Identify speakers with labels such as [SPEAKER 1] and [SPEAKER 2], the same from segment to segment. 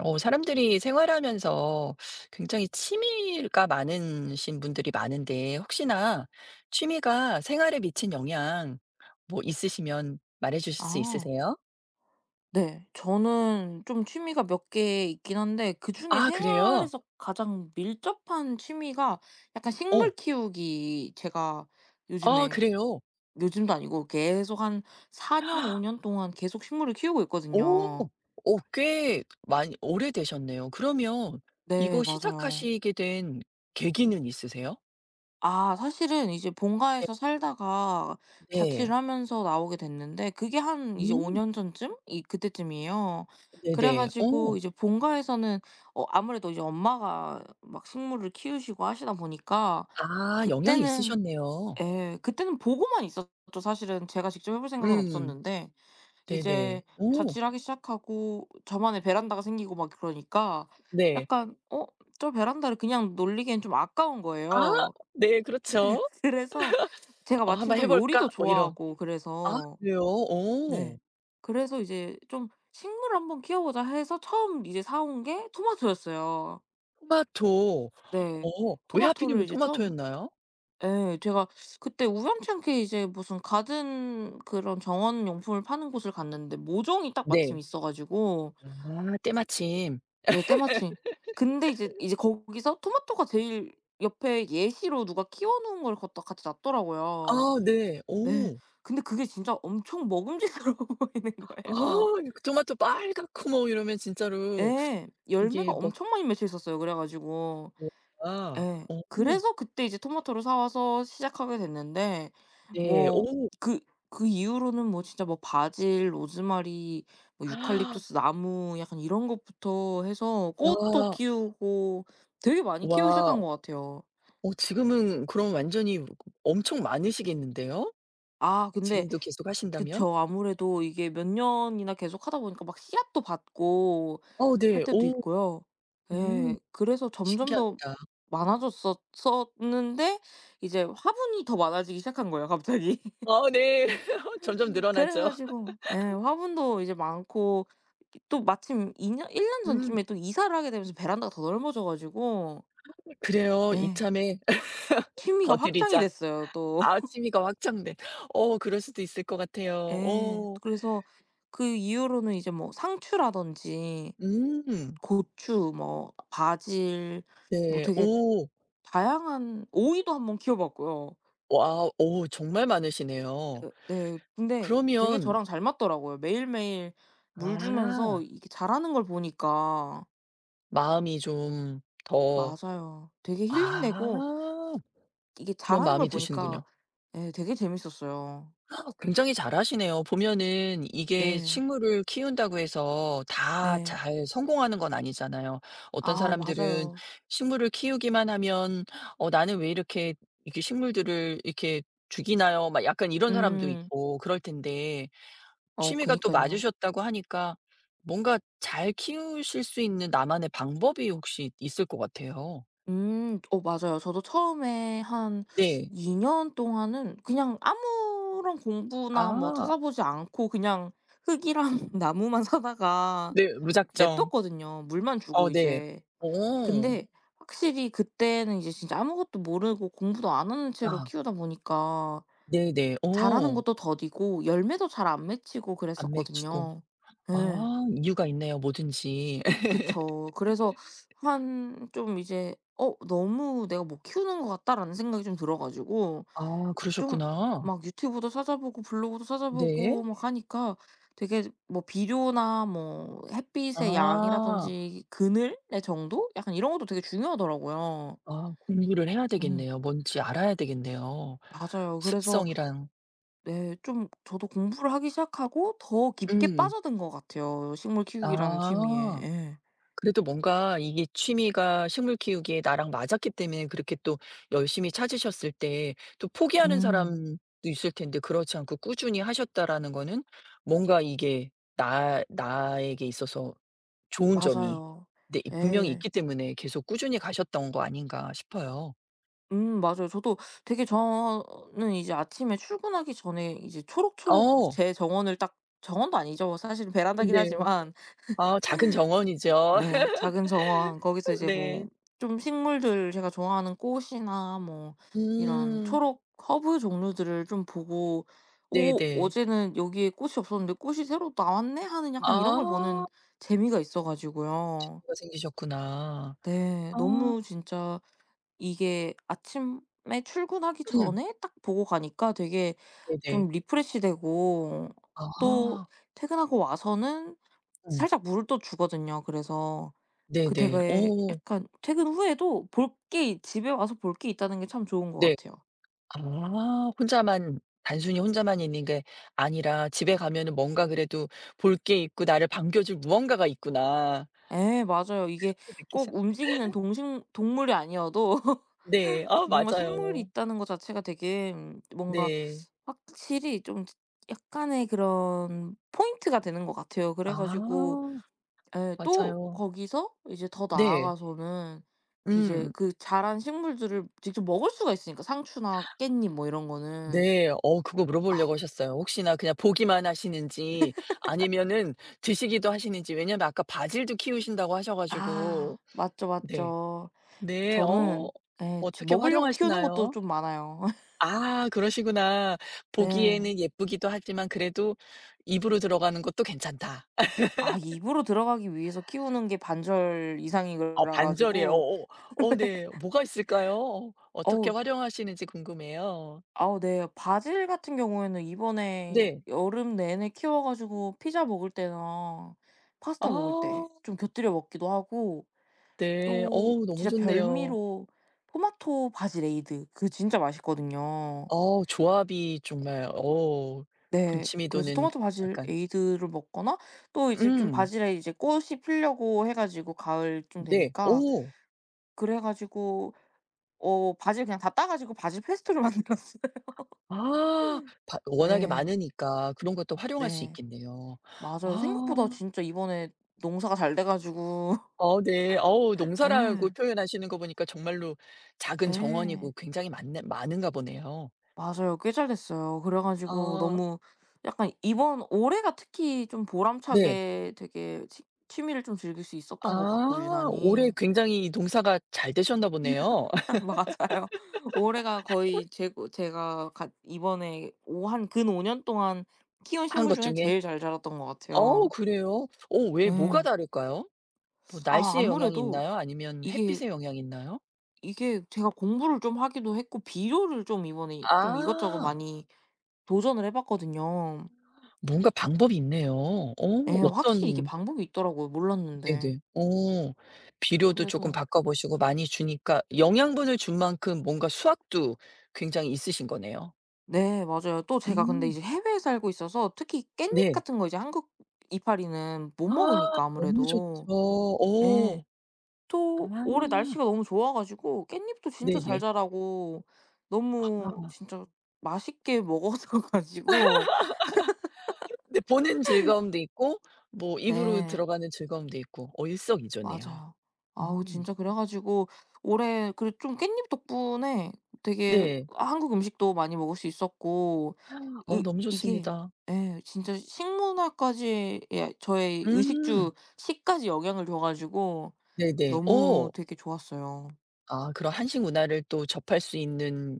[SPEAKER 1] 사람들이 생활하면서 굉장히 취미가 많으신 분들이 많은데, 혹시나 취미가 생활에 미친 영향 뭐 있으시면 말해 주실 수
[SPEAKER 2] 아
[SPEAKER 1] 있으세요?
[SPEAKER 2] 네. 저는 좀 취미가 몇 개 있긴 한데, 그중에
[SPEAKER 1] 아, 그래요?
[SPEAKER 2] 생활에서 가장 밀접한 취미가 약간
[SPEAKER 1] 어.
[SPEAKER 2] 식물 키우기. 제가
[SPEAKER 1] 아,
[SPEAKER 2] 요즘에
[SPEAKER 1] 그래요?
[SPEAKER 2] 요즘도 아니고 계속 한 4년 5년 동안 계속 식물을 키우고
[SPEAKER 1] 오,
[SPEAKER 2] 있거든요.
[SPEAKER 1] 오, 꽤 많이, 오래되셨네요. 그러면
[SPEAKER 2] 네,
[SPEAKER 1] 이거
[SPEAKER 2] 맞아요.
[SPEAKER 1] 시작하시게 된 계기는 있으세요?
[SPEAKER 2] 아, 사실은 이제
[SPEAKER 1] 네,
[SPEAKER 2] 본가에서 살다가
[SPEAKER 1] 네.
[SPEAKER 2] 자취를 하면서 나오게 됐는데, 그게 한 이제 5
[SPEAKER 1] 음,
[SPEAKER 2] 년 전쯤 이 그때쯤이에요. 그래
[SPEAKER 1] 네네. 오,
[SPEAKER 2] 가지고 이제 본가에서는 아무래도 이제 엄마가 막 식물을 키우시고 하시다 보니까,
[SPEAKER 1] 아, 영향이
[SPEAKER 2] 그때는
[SPEAKER 1] 있으셨네요.
[SPEAKER 2] 예 그때는 보고만 있었죠. 사실은 제가 직접 해볼 생각은
[SPEAKER 1] 음,
[SPEAKER 2] 없었는데,
[SPEAKER 1] 네네.
[SPEAKER 2] 이제
[SPEAKER 1] 오,
[SPEAKER 2] 자취를 하기 시작하고 저만의 베란다가 생기고 막 그러니까
[SPEAKER 1] 네.
[SPEAKER 2] 약간 저 베란다를 그냥 놀리기엔 좀 아까운
[SPEAKER 1] 아,
[SPEAKER 2] 거예요.
[SPEAKER 1] 네, 그렇죠.
[SPEAKER 2] 그래서 제가
[SPEAKER 1] "어
[SPEAKER 2] 마침
[SPEAKER 1] 한번 해
[SPEAKER 2] 또
[SPEAKER 1] 볼까?"
[SPEAKER 2] 요리도
[SPEAKER 1] 뭐 이런.
[SPEAKER 2] 좋아하고.
[SPEAKER 1] 아,
[SPEAKER 2] 그래서
[SPEAKER 1] 그래요? 어.
[SPEAKER 2] 네. 그래서 이제 좀 '식물을 한번 키워보자.' 해서 처음 이제 사온 게 토마토였어요.
[SPEAKER 1] 토마토.
[SPEAKER 2] 네.
[SPEAKER 1] 어 왜
[SPEAKER 2] 토마토를
[SPEAKER 1] 하필이면
[SPEAKER 2] 이제 처음.
[SPEAKER 1] 토마토였나요?
[SPEAKER 2] 예. 제가 그때 우연찮게 이제 무슨 가든, 그런 정원 용품을 파는 곳을 갔는데 모종이 딱
[SPEAKER 1] 네.
[SPEAKER 2] 마침 있어 가지고.
[SPEAKER 1] 아, 때마침.
[SPEAKER 2] 네, 때마침. 근데 이제 거기서 토마토가 제일 옆에 예시로 누가 키워 놓은 걸 갖다 같이 놨더라고요.
[SPEAKER 1] 아, 네. 어.
[SPEAKER 2] 네. 근데 그게 진짜 엄청 먹음직스러워 보이는
[SPEAKER 1] 아,
[SPEAKER 2] 거예요.
[SPEAKER 1] 그 토마토 빨갛고 뭐 이러면 진짜로
[SPEAKER 2] 예. 열매가
[SPEAKER 1] 이게 막
[SPEAKER 2] 엄청 많이 맺혀 있었어요, 그래 가지고.
[SPEAKER 1] 뭔가
[SPEAKER 2] 예. 그래서 그때 이제 토마토를 사 와서 시작하게 됐는데,
[SPEAKER 1] 네.
[SPEAKER 2] 뭐
[SPEAKER 1] 어.
[SPEAKER 2] 그 그 이후로는 뭐 진짜 뭐 바질, 로즈마리, 뭐
[SPEAKER 1] 아.
[SPEAKER 2] 유칼립투스 나무 약간 이런 것부터 해서 꽃도 키우고 되게 많이 키우기
[SPEAKER 1] 와.
[SPEAKER 2] 시작한 것 같아요.
[SPEAKER 1] 지금은 그럼 완전히 엄청 많으시겠는데요?
[SPEAKER 2] 아, 근데
[SPEAKER 1] 지금도 계속 하신다면?
[SPEAKER 2] 그쵸. 아무래도 이게 몇 년이나 계속하다 보니까 막 씨앗도 받고
[SPEAKER 1] 어,
[SPEAKER 2] 할
[SPEAKER 1] 네.
[SPEAKER 2] 때도
[SPEAKER 1] 어.
[SPEAKER 2] 있고요.
[SPEAKER 1] 음.
[SPEAKER 2] 예. 그래서 점점 더
[SPEAKER 1] 신기합니다.
[SPEAKER 2] 많아졌었었는데, 이제 화분이 더 많아지기 시작한 거예요 갑자기.
[SPEAKER 1] 어, 네. 점점
[SPEAKER 2] 그래
[SPEAKER 1] 늘어나죠.
[SPEAKER 2] 가지고, 예, 화분도 이제 많고. 또 마침 2 년 1 년
[SPEAKER 1] 음.
[SPEAKER 2] 전쯤에 또 이사를 하게 되면서 베란다가 더 넓어져 가지고,
[SPEAKER 1] 그래요.
[SPEAKER 2] 예,
[SPEAKER 1] 이참에
[SPEAKER 2] 취미가
[SPEAKER 1] 더
[SPEAKER 2] 확장이
[SPEAKER 1] 드리자.
[SPEAKER 2] 됐어요 또.
[SPEAKER 1] 아, 취미가 확장된. 그럴 수도 있을 것 같아요.
[SPEAKER 2] 예.
[SPEAKER 1] 어.
[SPEAKER 2] 그래서 그 이후로는 이제 뭐 상추라든지
[SPEAKER 1] 음.
[SPEAKER 2] 고추, 뭐 바질, 뭐
[SPEAKER 1] 네.
[SPEAKER 2] 되게
[SPEAKER 1] 오.
[SPEAKER 2] 다양한. 오이도 한번 키워 봤고요.
[SPEAKER 1] 와, 오, 정말 많으시네요.
[SPEAKER 2] 예, 네. 근데 되게
[SPEAKER 1] 그러면
[SPEAKER 2] 저랑 잘 맞더라고요. 매일매일 물
[SPEAKER 1] 아,
[SPEAKER 2] 주면서 이게 자라는 걸 보니까.
[SPEAKER 1] 마음이 좀 더
[SPEAKER 2] 맞아요. 되게 힐링되고,
[SPEAKER 1] 아,
[SPEAKER 2] 이게
[SPEAKER 1] 그런
[SPEAKER 2] 자라는 걸
[SPEAKER 1] 마음이
[SPEAKER 2] 보니까
[SPEAKER 1] 드시는군요.
[SPEAKER 2] 예 되게 재밌었어요.
[SPEAKER 1] 아, 굉장히 잘하시네요. 보면은 이게
[SPEAKER 2] 네.
[SPEAKER 1] 식물을 키운다고 해서 다
[SPEAKER 2] 네.
[SPEAKER 1] 잘 성공하는 건 아니잖아요. 어떤
[SPEAKER 2] 아,
[SPEAKER 1] 사람들은
[SPEAKER 2] 맞아요.
[SPEAKER 1] 식물을 키우기만 하면 '어 나는 왜 이렇게 이렇게 식물들을 이렇게 죽이나요?' 막 약간 이런 사람도
[SPEAKER 2] 음.
[SPEAKER 1] 있고 그럴 텐데 취미가 또
[SPEAKER 2] 그니깐요.
[SPEAKER 1] 맞으셨다고 하니까 뭔가 잘 키우실 수 있는 나만의 방법이 혹시 있을 것 같아요.
[SPEAKER 2] 음. 어, 맞아요. 저도 처음에 한
[SPEAKER 1] 네.
[SPEAKER 2] 2년 동안은 그냥 아무런 공부나 뭐
[SPEAKER 1] 아.
[SPEAKER 2] 찾아보지 않고, 그냥 흙이랑 나무만 사다가
[SPEAKER 1] 네. 무작정.
[SPEAKER 2] 냅뒀거든요, 물만
[SPEAKER 1] 어,
[SPEAKER 2] 주고
[SPEAKER 1] 네.
[SPEAKER 2] 이제.
[SPEAKER 1] 오,
[SPEAKER 2] 근데 확실히 그때는 이제 진짜 아무것도 모르고 공부도 안 하는 채로
[SPEAKER 1] 아.
[SPEAKER 2] 키우다 보니까
[SPEAKER 1] 네네.
[SPEAKER 2] 자라는
[SPEAKER 1] 어.
[SPEAKER 2] 것도 더디고 열매도 잘 안 맺히고
[SPEAKER 1] 안 맺히고.
[SPEAKER 2] 그랬었거든요. 예.
[SPEAKER 1] 아, 이유가 있네요, 뭐든지.
[SPEAKER 2] 그쵸. 그래서 한 좀 이제 '어 너무 내가 못 키우는 것 같다.'라는 생각이 좀 들어 가지고,
[SPEAKER 1] 아,
[SPEAKER 2] 좀
[SPEAKER 1] 그러셨구나.
[SPEAKER 2] 막 유튜브도 찾아보고 블로그도
[SPEAKER 1] 네.
[SPEAKER 2] 찾아보고 막 하니까 되게 뭐 비료나 뭐 햇빛의
[SPEAKER 1] 아.
[SPEAKER 2] 양이라든지 그늘의 정도? 약간 이런 것도 되게 중요하더라고요.
[SPEAKER 1] 아, 공부를 해야
[SPEAKER 2] 음.
[SPEAKER 1] 되겠네요. 뭔지 알아야 되겠네요.
[SPEAKER 2] 맞아요. 그래서
[SPEAKER 1] 습성이랑
[SPEAKER 2] 네, 좀 저도 공부를 하기 시작하고 더 깊게
[SPEAKER 1] 음.
[SPEAKER 2] 빠져든 것 같아요, 식물 키우기라는 취미에.
[SPEAKER 1] 아.
[SPEAKER 2] 예.
[SPEAKER 1] 그래도 뭔가 이게 취미가 식물 키우기에 나랑 맞았기 때문에 그렇게 또 열심히 찾으셨을 때 또 포기하는
[SPEAKER 2] 음.
[SPEAKER 1] 사람도 있을 텐데 그렇지 않고 꾸준히 하셨다라는 거는 뭔가 이게 나 나에게 있어서 좋은 점이,
[SPEAKER 2] 맞아요.
[SPEAKER 1] 네, 분명히
[SPEAKER 2] 예.
[SPEAKER 1] 있기 때문에 계속 꾸준히 가셨던 거 아닌가 싶어요.
[SPEAKER 2] 음, 맞아요. 저도 되게. 저는 이제 아침에 출근하기 전에 이제 초록초록
[SPEAKER 1] 어.
[SPEAKER 2] 제 정원을 딱. 정원도 아니죠, 사실 베란다긴
[SPEAKER 1] 네.
[SPEAKER 2] 하지만.
[SPEAKER 1] 아, 작은 정원이죠.
[SPEAKER 2] 네, 작은 정원. 거기서 이제
[SPEAKER 1] 네.
[SPEAKER 2] 뭐 좀 식물들, 제가 좋아하는 꽃이나 뭐 이런
[SPEAKER 1] 음.
[SPEAKER 2] 초록 허브 종류들을 좀 보고 '오,
[SPEAKER 1] 네네.
[SPEAKER 2] 어제는 여기에 꽃이 없었는데 꽃이 새로 나왔네.' 하는 약간
[SPEAKER 1] 아,
[SPEAKER 2] 이런 걸 보는 재미가 있어 가지고요.
[SPEAKER 1] 가 생기셨구나.
[SPEAKER 2] 네.
[SPEAKER 1] 아.
[SPEAKER 2] 너무 진짜. 이게 아침에 출근하기
[SPEAKER 1] 음.
[SPEAKER 2] 전에 딱 보고 가니까 되게
[SPEAKER 1] 네네.
[SPEAKER 2] 좀 리프레시되고, 또
[SPEAKER 1] 아.
[SPEAKER 2] 퇴근하고 와서는
[SPEAKER 1] 음.
[SPEAKER 2] 살짝 물을 또 주거든요. 그래서 그
[SPEAKER 1] 네네.
[SPEAKER 2] 되게
[SPEAKER 1] 어,
[SPEAKER 2] 약간, 퇴근 후에도 볼 게, 집에 와서 볼 게 있다는 게 참 좋은 것
[SPEAKER 1] 네.
[SPEAKER 2] 같아요.
[SPEAKER 1] 아, 혼자만 단순히 혼자만 있는 게 아니라 집에 가면은 뭔가 그래도 볼 게 있고 나를 반겨줄 무언가가 있구나.
[SPEAKER 2] 예, 맞아요. 이게
[SPEAKER 1] 그렇게
[SPEAKER 2] 꼭
[SPEAKER 1] 느끼셨
[SPEAKER 2] 움직이는 동식 동물이 아니어도
[SPEAKER 1] 네. 아,
[SPEAKER 2] 뭔가 식물이
[SPEAKER 1] 맞아요.
[SPEAKER 2] 있다는 것 자체가 되게, 음, 뭔가
[SPEAKER 1] 네.
[SPEAKER 2] 확실히 좀 약간의 그런 포인트가 되는 것 같아요. 그래 가지고,
[SPEAKER 1] 아,
[SPEAKER 2] 예. 또
[SPEAKER 1] 맞아요.
[SPEAKER 2] 거기서 이제 더
[SPEAKER 1] 네.
[SPEAKER 2] 나아가서는 이제
[SPEAKER 1] 음.
[SPEAKER 2] 그 자란 식물들을 직접 먹을 수가 있으니까, 상추나 깻잎 뭐 이런 거는.
[SPEAKER 1] 네. 그거
[SPEAKER 2] 아.
[SPEAKER 1] 물어보려고 하셨어요. 혹시나 그냥 보기만 하시는지 아니면은 드시기도 하시는지. 왜냐면 아까 바질도 키우신다고 하셔 가지고
[SPEAKER 2] 아, 맞죠,
[SPEAKER 1] 네.
[SPEAKER 2] 맞죠.
[SPEAKER 1] 네.
[SPEAKER 2] 저는, 예, 지
[SPEAKER 1] 어떻게
[SPEAKER 2] 먹으려고 키우는 것도
[SPEAKER 1] 활용하시나요?
[SPEAKER 2] 좀 많아요.
[SPEAKER 1] 아, 그러시구나.
[SPEAKER 2] 네.
[SPEAKER 1] 보기에는 예쁘기도 하지만 그래도 입으로 들어가는 것도 괜찮다.
[SPEAKER 2] 아, 입으로 들어가기 위해서 키우는 게 반절 이상이
[SPEAKER 1] 어,
[SPEAKER 2] 그래
[SPEAKER 1] 반절이에요.
[SPEAKER 2] 가지고.
[SPEAKER 1] 어어. 어, 어, 네. 뭐가 있을까요? 어떻게
[SPEAKER 2] 어우.
[SPEAKER 1] 활용하시는지 궁금해요.
[SPEAKER 2] 아우, 네. 바질 같은 경우에는 이번에
[SPEAKER 1] 네.
[SPEAKER 2] 여름 내내 키워 가지고 피자 먹을 때나 파스타 먹을 때
[SPEAKER 1] 아,
[SPEAKER 2] 좀 곁들여 먹기도 하고,
[SPEAKER 1] 네.
[SPEAKER 2] 또
[SPEAKER 1] 어우, 너무
[SPEAKER 2] 진짜
[SPEAKER 1] 좋네요.
[SPEAKER 2] 별미로 토마토 바질 에이드, 그 진짜 맛있거든요.
[SPEAKER 1] 조합이 정말
[SPEAKER 2] 네.
[SPEAKER 1] 군침이
[SPEAKER 2] 그래서
[SPEAKER 1] 도는
[SPEAKER 2] 토마토 바질
[SPEAKER 1] 약간
[SPEAKER 2] 에이드를 먹거나, 또 이제 좀
[SPEAKER 1] 음,
[SPEAKER 2] 바질에 이제 꽃이 피려고 해 가지고, 가을쯤
[SPEAKER 1] 네.
[SPEAKER 2] 되니까,
[SPEAKER 1] 오,
[SPEAKER 2] 그래 가지고 바질 그냥 다 따 가지고 바질 페스토를 만들었어요.
[SPEAKER 1] 아, 바 워낙에
[SPEAKER 2] 네.
[SPEAKER 1] 많으니까 그런 것도 활용할 수
[SPEAKER 2] 네.
[SPEAKER 1] 있겠네요.
[SPEAKER 2] 맞아요. 생각보다
[SPEAKER 1] 아.
[SPEAKER 2] 진짜 이번에 농사가 잘 돼 가지고.
[SPEAKER 1] 어, 네. 어우, 농사라고
[SPEAKER 2] 예.
[SPEAKER 1] 표현하시는 거 보니까 정말로 작은
[SPEAKER 2] 예.
[SPEAKER 1] 정원이고 굉장히 많네 많은가 보네요.
[SPEAKER 2] 맞아요. 꽤 잘 됐어요. 그래 가지고
[SPEAKER 1] 아,
[SPEAKER 2] 너무 약간 이번 올해가 특히 좀
[SPEAKER 1] 네.
[SPEAKER 2] 보람차게 되게 취, 취미를 좀 즐길 수 있었던 것 같고
[SPEAKER 1] 아, 올해
[SPEAKER 2] 유난히.
[SPEAKER 1] 굉장히 이 농사가 잘 되셨나 보네요.
[SPEAKER 2] 맞아요. 올해가 거의 제고 제가 갓 이번에 오 한 근 5년 동안 키운
[SPEAKER 1] 한
[SPEAKER 2] 식물
[SPEAKER 1] 것
[SPEAKER 2] 중에
[SPEAKER 1] 중에.
[SPEAKER 2] 제일 잘 자랐던 것
[SPEAKER 1] 어,
[SPEAKER 2] 같아요.
[SPEAKER 1] 그래요? 왜 뭐가
[SPEAKER 2] 네.
[SPEAKER 1] 다를까요? 뭐
[SPEAKER 2] 아,
[SPEAKER 1] 날씨에 영향이
[SPEAKER 2] 아무래도
[SPEAKER 1] 있나요? 아니면
[SPEAKER 2] 이게,
[SPEAKER 1] 햇빛에 영향이 있나요?
[SPEAKER 2] 이게 제가 공부를 좀 하기도 했고, 비료를 좀 이번에 좀 이것저것
[SPEAKER 1] 아,
[SPEAKER 2] 많이 도전을 해 봤거든요.
[SPEAKER 1] 뭔가 방법이 있네요.
[SPEAKER 2] 예. 확실히 이게
[SPEAKER 1] 어떤.
[SPEAKER 2] 방법이 있더라고요, 몰랐는데.
[SPEAKER 1] 네네. 비료도 조금
[SPEAKER 2] 그래서
[SPEAKER 1] 바꿔 보시고 많이 주니까 영양분을 준 만큼 뭔가 수확도 굉장히 있으신 거네요.
[SPEAKER 2] 네, 맞아요. 또 제가 근데
[SPEAKER 1] 음,
[SPEAKER 2] 이제 해외에 살고 있어서, 특히 깻잎
[SPEAKER 1] 네.
[SPEAKER 2] 같은 거 이제 한국 이파리는 못
[SPEAKER 1] 아,
[SPEAKER 2] 먹으니까
[SPEAKER 1] 너무 좋죠.
[SPEAKER 2] 아무래도. 예.
[SPEAKER 1] 오, 아,
[SPEAKER 2] 또 올해 날씨가 너무 좋아 가지고 깻잎도 진짜 잘
[SPEAKER 1] 네네.
[SPEAKER 2] 자라고 너무
[SPEAKER 1] 아,
[SPEAKER 2] 진짜 맛있게 먹어서 가지고.
[SPEAKER 1] 네, 보는 즐거움도 있고 뭐 입으로
[SPEAKER 2] 네,
[SPEAKER 1] 들어가는 즐거움도 있고 일석이조네요.
[SPEAKER 2] 맞아요. 아우,
[SPEAKER 1] 음.
[SPEAKER 2] 진짜. 그래 가지고 올해, 그리고 좀 깻잎 덕분에 되게
[SPEAKER 1] 네.
[SPEAKER 2] 한국 음식도 많이 먹을 수 있었고. 으
[SPEAKER 1] 너무
[SPEAKER 2] 이게,
[SPEAKER 1] 좋습니다.
[SPEAKER 2] 예 진짜, 식문화까지, 예, 저의
[SPEAKER 1] 음.
[SPEAKER 2] 의식주, 식까지 영향을 줘 가지고
[SPEAKER 1] 네네.
[SPEAKER 2] 너무
[SPEAKER 1] 어.
[SPEAKER 2] 되게 좋았어요.
[SPEAKER 1] 아, 그런 한식 문화를 또 접할 수 있는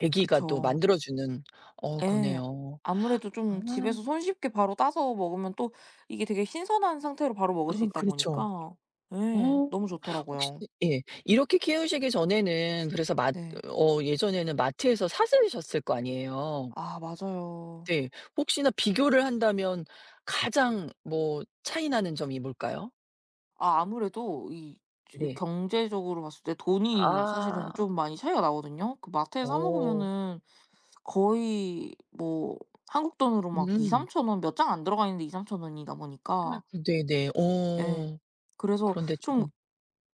[SPEAKER 1] 계기가 또
[SPEAKER 2] 그쵸.
[SPEAKER 1] 만들어 주는
[SPEAKER 2] 예.
[SPEAKER 1] 거네요.
[SPEAKER 2] 아무래도
[SPEAKER 1] 아.
[SPEAKER 2] 좀 집에서 손쉽게 바로 따서 먹으면, 또 이게 되게 신선한 상태로 바로
[SPEAKER 1] 아,
[SPEAKER 2] 먹을 수 있다
[SPEAKER 1] 그렇죠.
[SPEAKER 2] 보니까
[SPEAKER 1] 어.
[SPEAKER 2] 예 너무
[SPEAKER 1] 혹시.
[SPEAKER 2] 좋더라고요.
[SPEAKER 1] 예. 이렇게 키우시기 전에는 그래서 마
[SPEAKER 2] 네.
[SPEAKER 1] 어 예전에는 마트에서 사시셨을 거 아니에요.
[SPEAKER 2] 아, 맞아요.
[SPEAKER 1] 네. 혹시나 비교를 한다면 가장 뭐 차이 나는 점이 뭘까요?
[SPEAKER 2] 아, 아무래도 이
[SPEAKER 1] 네.
[SPEAKER 2] 경제적으로 봤을 때 돈이 사실은
[SPEAKER 1] 아.
[SPEAKER 2] 좀 많이 차이가 나거든요. 그 마트에 사
[SPEAKER 1] 어.
[SPEAKER 2] 먹으면은 거의 뭐 한국 돈으로 막2삼
[SPEAKER 1] 음.
[SPEAKER 2] 0 0 0원 몇 장 안 들어가 있는데, 2삼0 0 0 원이다 보니까.
[SPEAKER 1] 네네.
[SPEAKER 2] 예. 그래서
[SPEAKER 1] 그런데
[SPEAKER 2] 좀
[SPEAKER 1] 조금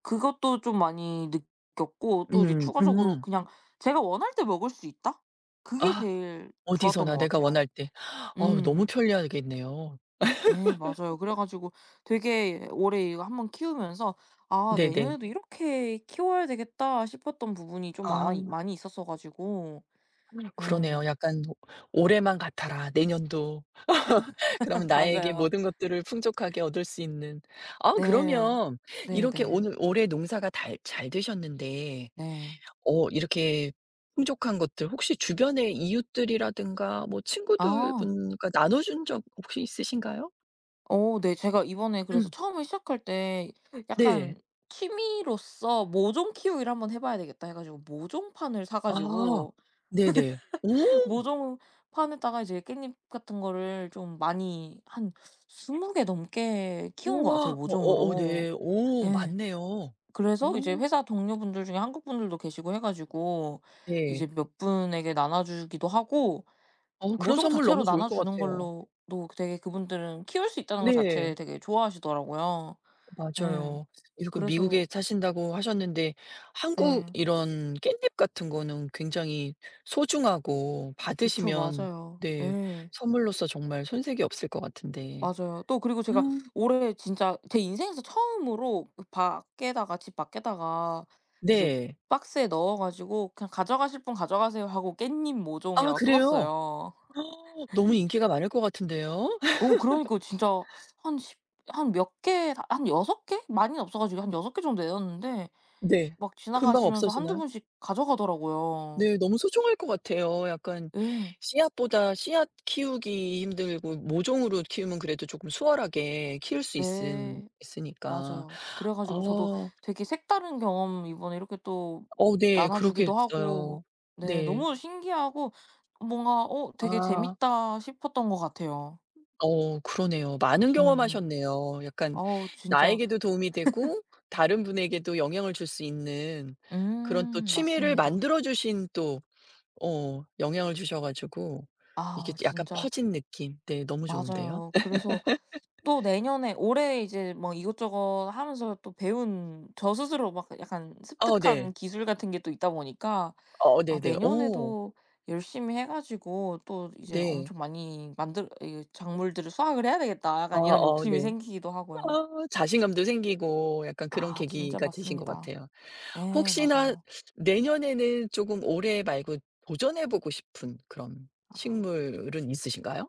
[SPEAKER 2] 그것도 좀 많이 느꼈고, 또 이제
[SPEAKER 1] 음,
[SPEAKER 2] 추가적으로 그냥 제가 원할 때 먹을 수 있다? 그게
[SPEAKER 1] 아,
[SPEAKER 2] 제일 좋았던
[SPEAKER 1] 어디서나
[SPEAKER 2] 것
[SPEAKER 1] 내가
[SPEAKER 2] 같아요.
[SPEAKER 1] 원할 때. 어우, 너무
[SPEAKER 2] 음.
[SPEAKER 1] 편리하겠네요.
[SPEAKER 2] 예, 맞아요. 그래 가지고 되게 올해 이거 한번 키우면서 '아,
[SPEAKER 1] 네네.
[SPEAKER 2] 내년에도 이렇게 키워야 되겠다.' 싶었던 부분이 좀 많이
[SPEAKER 1] 아,
[SPEAKER 2] 많이 있었어 가지고. 예.
[SPEAKER 1] 그러네요. 약간 '올해만 같아라. 내년도.' 그러면 나에게
[SPEAKER 2] 맞아요.
[SPEAKER 1] 모든 것들을 풍족하게 얻을 수 있는. 아,
[SPEAKER 2] 네.
[SPEAKER 1] 그러면 이렇게
[SPEAKER 2] 네네.
[SPEAKER 1] 오늘 올해 농사가 달 잘 되셨는데
[SPEAKER 2] 네.
[SPEAKER 1] 이렇게 풍족한 것들 혹시 주변의 이웃들이라든가 뭐 친구들
[SPEAKER 2] 아.
[SPEAKER 1] 분과 나눠준 적 혹시 있으신가요?
[SPEAKER 2] 어, 네. 제가 이번에 그래서
[SPEAKER 1] 음.
[SPEAKER 2] 처음에 시작할 때
[SPEAKER 1] 네.
[SPEAKER 2] 약간 '취미로서 모종 키우기를 한번 해 봐야 되겠다.' 해 가지고 모종판을 사
[SPEAKER 1] 아.
[SPEAKER 2] 가지고
[SPEAKER 1] 네네. 오.
[SPEAKER 2] 모종판에다가 이제 깻잎 같은 거를 좀 많이 한 20개 넘게 키운 것
[SPEAKER 1] 우와.
[SPEAKER 2] 같아요
[SPEAKER 1] 어, 어어,
[SPEAKER 2] 모종으로.
[SPEAKER 1] 네. 오,
[SPEAKER 2] 예.
[SPEAKER 1] 맞네요.
[SPEAKER 2] 그래서 이제
[SPEAKER 1] 어,
[SPEAKER 2] 회사 동료분들 중에 한국 분들도 계시고 해 가지고 이제
[SPEAKER 1] 네.
[SPEAKER 2] 몇 분에게 나눠 주기도 하고,
[SPEAKER 1] 그런
[SPEAKER 2] 모종
[SPEAKER 1] 선물
[SPEAKER 2] 자체로
[SPEAKER 1] 너무 좋을 것
[SPEAKER 2] 나눠주는
[SPEAKER 1] 같아요.
[SPEAKER 2] 걸로도 되게 그분들은 키울 수 있다는 거 자체
[SPEAKER 1] 네.
[SPEAKER 2] 되게 좋아하시더라고요. 예.
[SPEAKER 1] 맞아요. 이렇게
[SPEAKER 2] 그래서
[SPEAKER 1] 미국에 사신다고 하셨는데 한국
[SPEAKER 2] 네.
[SPEAKER 1] 이런 깻잎 같은 거는 굉장히 소중하고
[SPEAKER 2] 그쵸.
[SPEAKER 1] 받으시면
[SPEAKER 2] 맞아요.
[SPEAKER 1] 네,
[SPEAKER 2] 예.
[SPEAKER 1] 선물로서 정말 손색이 없을 것 같은데.
[SPEAKER 2] 맞아요. 또 그리고 제가
[SPEAKER 1] 음.
[SPEAKER 2] 올해 진짜 제 인생에서 처음으로 그 밖에다가, 집 밖에다가 이제
[SPEAKER 1] 네.
[SPEAKER 2] 박스에 넣어 가지고 "그냥 가져가실 분 가져가세요." 하고 "깻잎
[SPEAKER 1] 아,
[SPEAKER 2] 모종"이라고 써
[SPEAKER 1] 그래요?
[SPEAKER 2] 놨어요.
[SPEAKER 1] 너무 인기가 많을 것 같은데요?
[SPEAKER 2] 어 그러니까 진짜 한 십 한 몇 개, 한 여섯 개? 많이는 없어 가지고 한 여섯 개 정도 내놨는데
[SPEAKER 1] 네.
[SPEAKER 2] 막
[SPEAKER 1] 금방
[SPEAKER 2] 지나가시면서 한두
[SPEAKER 1] 없어지나요?
[SPEAKER 2] 분씩 가져가더라고요.
[SPEAKER 1] 네. 너무 소중할 것 같아요. 약간
[SPEAKER 2] 예.
[SPEAKER 1] 씨앗보다 씨앗 키우기 힘들고 모종으로 키우면 그래도 조금 수월하게 키울 수 있은
[SPEAKER 2] 네.
[SPEAKER 1] 있으니까.
[SPEAKER 2] 맞아요. 그래 가지고 저도
[SPEAKER 1] 아.
[SPEAKER 2] 되게 색다른 경험 이번에 이렇게 또
[SPEAKER 1] 어, 네.
[SPEAKER 2] 나눠 주기도 하고.
[SPEAKER 1] 그러겠어요.
[SPEAKER 2] 네,
[SPEAKER 1] 네.
[SPEAKER 2] 너무 신기하고 뭔가 '어, 되게
[SPEAKER 1] 아.
[SPEAKER 2] 재밌다.' 싶었던 것 같아요.
[SPEAKER 1] 그러네요. 많은
[SPEAKER 2] 음음.
[SPEAKER 1] 경험하셨네요. 약간
[SPEAKER 2] 어우, 진짜.
[SPEAKER 1] 나에게도 도움이 되고 다른 분에게도 영향을 줄 수 있는 그런 또
[SPEAKER 2] 음,
[SPEAKER 1] 취미를
[SPEAKER 2] 맞습니다.
[SPEAKER 1] 만들어 주신 또 영향을 주셔 가지고 이게
[SPEAKER 2] 아,
[SPEAKER 1] 약간
[SPEAKER 2] 진짜
[SPEAKER 1] 퍼진 느낌. 네. 너무 좋은데요.
[SPEAKER 2] 맞아요. 그래서 또 내년에, 올해 이제 뭐 이것저것 하면서 또 배운, 저 스스로 막 약간
[SPEAKER 1] 어, 네.
[SPEAKER 2] 습득한 기술 같은 게 또 있다 보니까
[SPEAKER 1] 어,
[SPEAKER 2] 아
[SPEAKER 1] 네네. 어,
[SPEAKER 2] 내년에도 열심히 해 가지고 또 이제
[SPEAKER 1] 네.
[SPEAKER 2] 엄청 많이 만들 이 '작물들을 수확을 해야 되겠다.'
[SPEAKER 1] 아,
[SPEAKER 2] 약간 이런
[SPEAKER 1] 어,
[SPEAKER 2] 욕심이
[SPEAKER 1] 네.
[SPEAKER 2] 생기기도 하고요.
[SPEAKER 1] 아, 자신감도 생기고 약간 그런
[SPEAKER 2] 아 진짜
[SPEAKER 1] 계기가 되신 것
[SPEAKER 2] 맞습니다.
[SPEAKER 1] 같아요.
[SPEAKER 2] 네,
[SPEAKER 1] 혹시나
[SPEAKER 2] 맞아요.
[SPEAKER 1] 내년에는 조금 올해 말고 도전해 보고 싶은 그런
[SPEAKER 2] 아.
[SPEAKER 1] 식물은 있으신가요?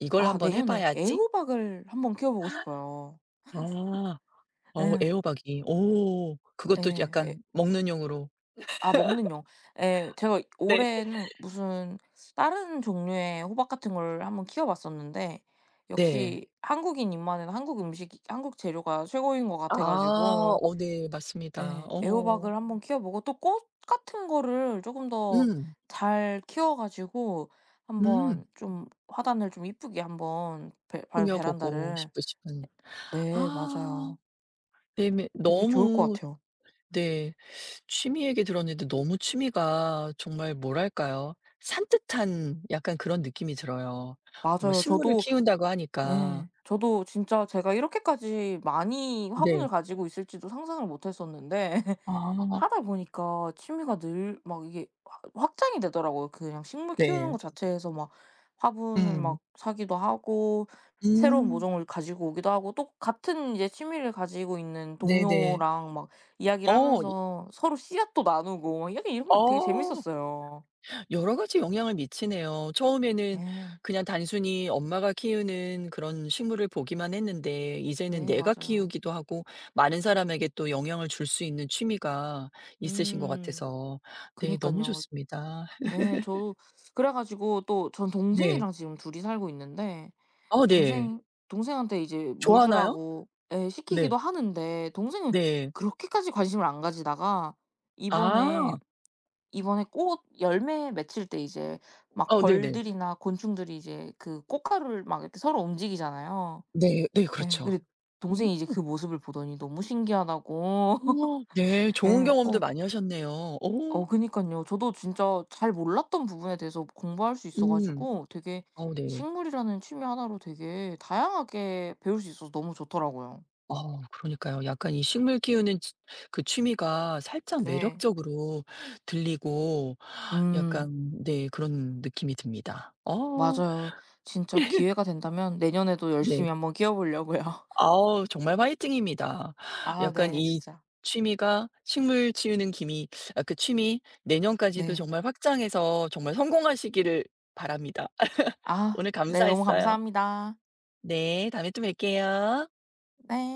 [SPEAKER 1] '이걸
[SPEAKER 2] 아,
[SPEAKER 1] 한번 해
[SPEAKER 2] 내년에
[SPEAKER 1] 봐야지.'
[SPEAKER 2] 애호박을 한번 키워 보고 싶어요.
[SPEAKER 1] 아. 어,
[SPEAKER 2] 예.
[SPEAKER 1] 애호박이. 오.
[SPEAKER 2] 예.
[SPEAKER 1] 그것도
[SPEAKER 2] 예.
[SPEAKER 1] 약간 먹는 용으로.
[SPEAKER 2] 아, 먹는 용. 예. 제가
[SPEAKER 1] 네.
[SPEAKER 2] 올해는 무슨 다른 종류의 호박 같은 걸 한번 키워 봤었는데,
[SPEAKER 1] 네.
[SPEAKER 2] 역시 한국인 입맛에는 한국 음식, 한국 재료가 최고인 것
[SPEAKER 1] 아,
[SPEAKER 2] 같아 가지고.
[SPEAKER 1] 어, 네. 맞습니다.
[SPEAKER 2] 네.
[SPEAKER 1] 어.
[SPEAKER 2] 애호박을 한번 키워보고, 또 꽃 같은 거를 조금 더
[SPEAKER 1] 음.
[SPEAKER 2] 잘 키워 가지고
[SPEAKER 1] 음.
[SPEAKER 2] 한번 좀 화단을 좀 이쁘게 한번 베 발
[SPEAKER 1] 꾸며 보고
[SPEAKER 2] 베란다를.
[SPEAKER 1] 싶으시군.
[SPEAKER 2] 네,
[SPEAKER 1] 아.
[SPEAKER 2] 맞아요.
[SPEAKER 1] 네네.
[SPEAKER 2] 되게 좋을 것
[SPEAKER 1] 너무.
[SPEAKER 2] 같아요.
[SPEAKER 1] 네. 취미 얘기 들었는데 너무 취미가 정말 뭐랄까요? 산뜻한 약간 그런 느낌이 들어요. 뭔가
[SPEAKER 2] 맞아요.
[SPEAKER 1] 식물을
[SPEAKER 2] 저도.
[SPEAKER 1] 키운다고 하니까.
[SPEAKER 2] 예. 저도 진짜, 제가 이렇게까지 많이 화분을
[SPEAKER 1] 네.
[SPEAKER 2] 가지고 있을지도 상상을 못 했었는데
[SPEAKER 1] 아,
[SPEAKER 2] 하다 보니까 취미가 늘 막 이게 확 확장이 되더라고요. 그냥 식물 키우는
[SPEAKER 1] 네.
[SPEAKER 2] 것 자체에서 막 화분을
[SPEAKER 1] 음.
[SPEAKER 2] 막 사기도 하고, 새로운
[SPEAKER 1] 음.
[SPEAKER 2] 모종을 가지고 오기도 하고, 또 같은 이제 취미를 가지고 있는
[SPEAKER 1] 네네.
[SPEAKER 2] 동료랑 막 이야기를
[SPEAKER 1] 어. 이
[SPEAKER 2] 하면서 서로 씨앗도 나누고 막, 약간 이런 거 되게
[SPEAKER 1] 어.
[SPEAKER 2] 재밌었어요.
[SPEAKER 1] 여러 가지 영향을 미치네요. 처음에는
[SPEAKER 2] 네,
[SPEAKER 1] 그냥 단순히 엄마가 키우는 그런 식물을 보기만 했는데 이제는
[SPEAKER 2] 네,
[SPEAKER 1] 내가
[SPEAKER 2] 맞아요.
[SPEAKER 1] 키우기도 하고 많은 사람에게 또 영향을 줄 수 있는 취미가 있으신 것
[SPEAKER 2] 음.
[SPEAKER 1] 같아서,
[SPEAKER 2] 그니
[SPEAKER 1] 네,
[SPEAKER 2] 까
[SPEAKER 1] 너무
[SPEAKER 2] 요
[SPEAKER 1] 좋습니다.
[SPEAKER 2] 예. 그래 가지고, 또 전
[SPEAKER 1] 네.
[SPEAKER 2] 동생이랑 지금 둘이 살고 있는데,
[SPEAKER 1] 어, 네.
[SPEAKER 2] 동생 동생한테 이제 물
[SPEAKER 1] 좋아하나요?
[SPEAKER 2] 주라고 예
[SPEAKER 1] 네.
[SPEAKER 2] 시키기도 하는데, 동생은
[SPEAKER 1] 네.
[SPEAKER 2] 그렇게까지 관심을 안 가지다가 이번에
[SPEAKER 1] 아.
[SPEAKER 2] 꽃 열매 맺힐 때 이제 막
[SPEAKER 1] 어, 네네. 네.
[SPEAKER 2] 벌들이나 곤충들이 이제 그 꽃가루를 막 이렇게 서로 움직이잖아요.
[SPEAKER 1] 네, 네,
[SPEAKER 2] 예.
[SPEAKER 1] 그렇죠.
[SPEAKER 2] 근데 동생이 이제 그 모습을 보더니 너무 신기하다고.
[SPEAKER 1] 오, 네. 좋은
[SPEAKER 2] 예.
[SPEAKER 1] 경험도 많이 하셨네요. 오.
[SPEAKER 2] 그니깐요. 저도 진짜 잘 몰랐던 부분에 대해서 공부할 수 있어
[SPEAKER 1] 음.
[SPEAKER 2] 가지고, 되게
[SPEAKER 1] 어,
[SPEAKER 2] 이
[SPEAKER 1] 네.
[SPEAKER 2] 식물이라는 취미 하나로 되게 다양하게 배울 수 있어서 너무 좋더라고요.
[SPEAKER 1] 그러니까요. 약간 이 식물 키우는 치 그 취미가 살짝
[SPEAKER 2] 네.
[SPEAKER 1] 매력적으로 들리고
[SPEAKER 2] 음,
[SPEAKER 1] 약간, 네, 그런 느낌이 듭니다.
[SPEAKER 2] 맞아요. 진짜 기회가 된다면 내년에도 열심히
[SPEAKER 1] 네.
[SPEAKER 2] 한번 키워 보려고요.
[SPEAKER 1] 아우, 정말 화이팅입니다.
[SPEAKER 2] 아,
[SPEAKER 1] 약간
[SPEAKER 2] 네,
[SPEAKER 1] 이
[SPEAKER 2] 진짜.
[SPEAKER 1] 취미가 식물 키우는 기미 아, 그 취미 내년까지도
[SPEAKER 2] 네.
[SPEAKER 1] 정말 확장해서 정말 성공하시기를 바랍니다.
[SPEAKER 2] 아,
[SPEAKER 1] 오늘
[SPEAKER 2] 네, 너무
[SPEAKER 1] 감사했어요.
[SPEAKER 2] 감사합니다.
[SPEAKER 1] 네. 다음에 또 뵐게요.
[SPEAKER 2] 네.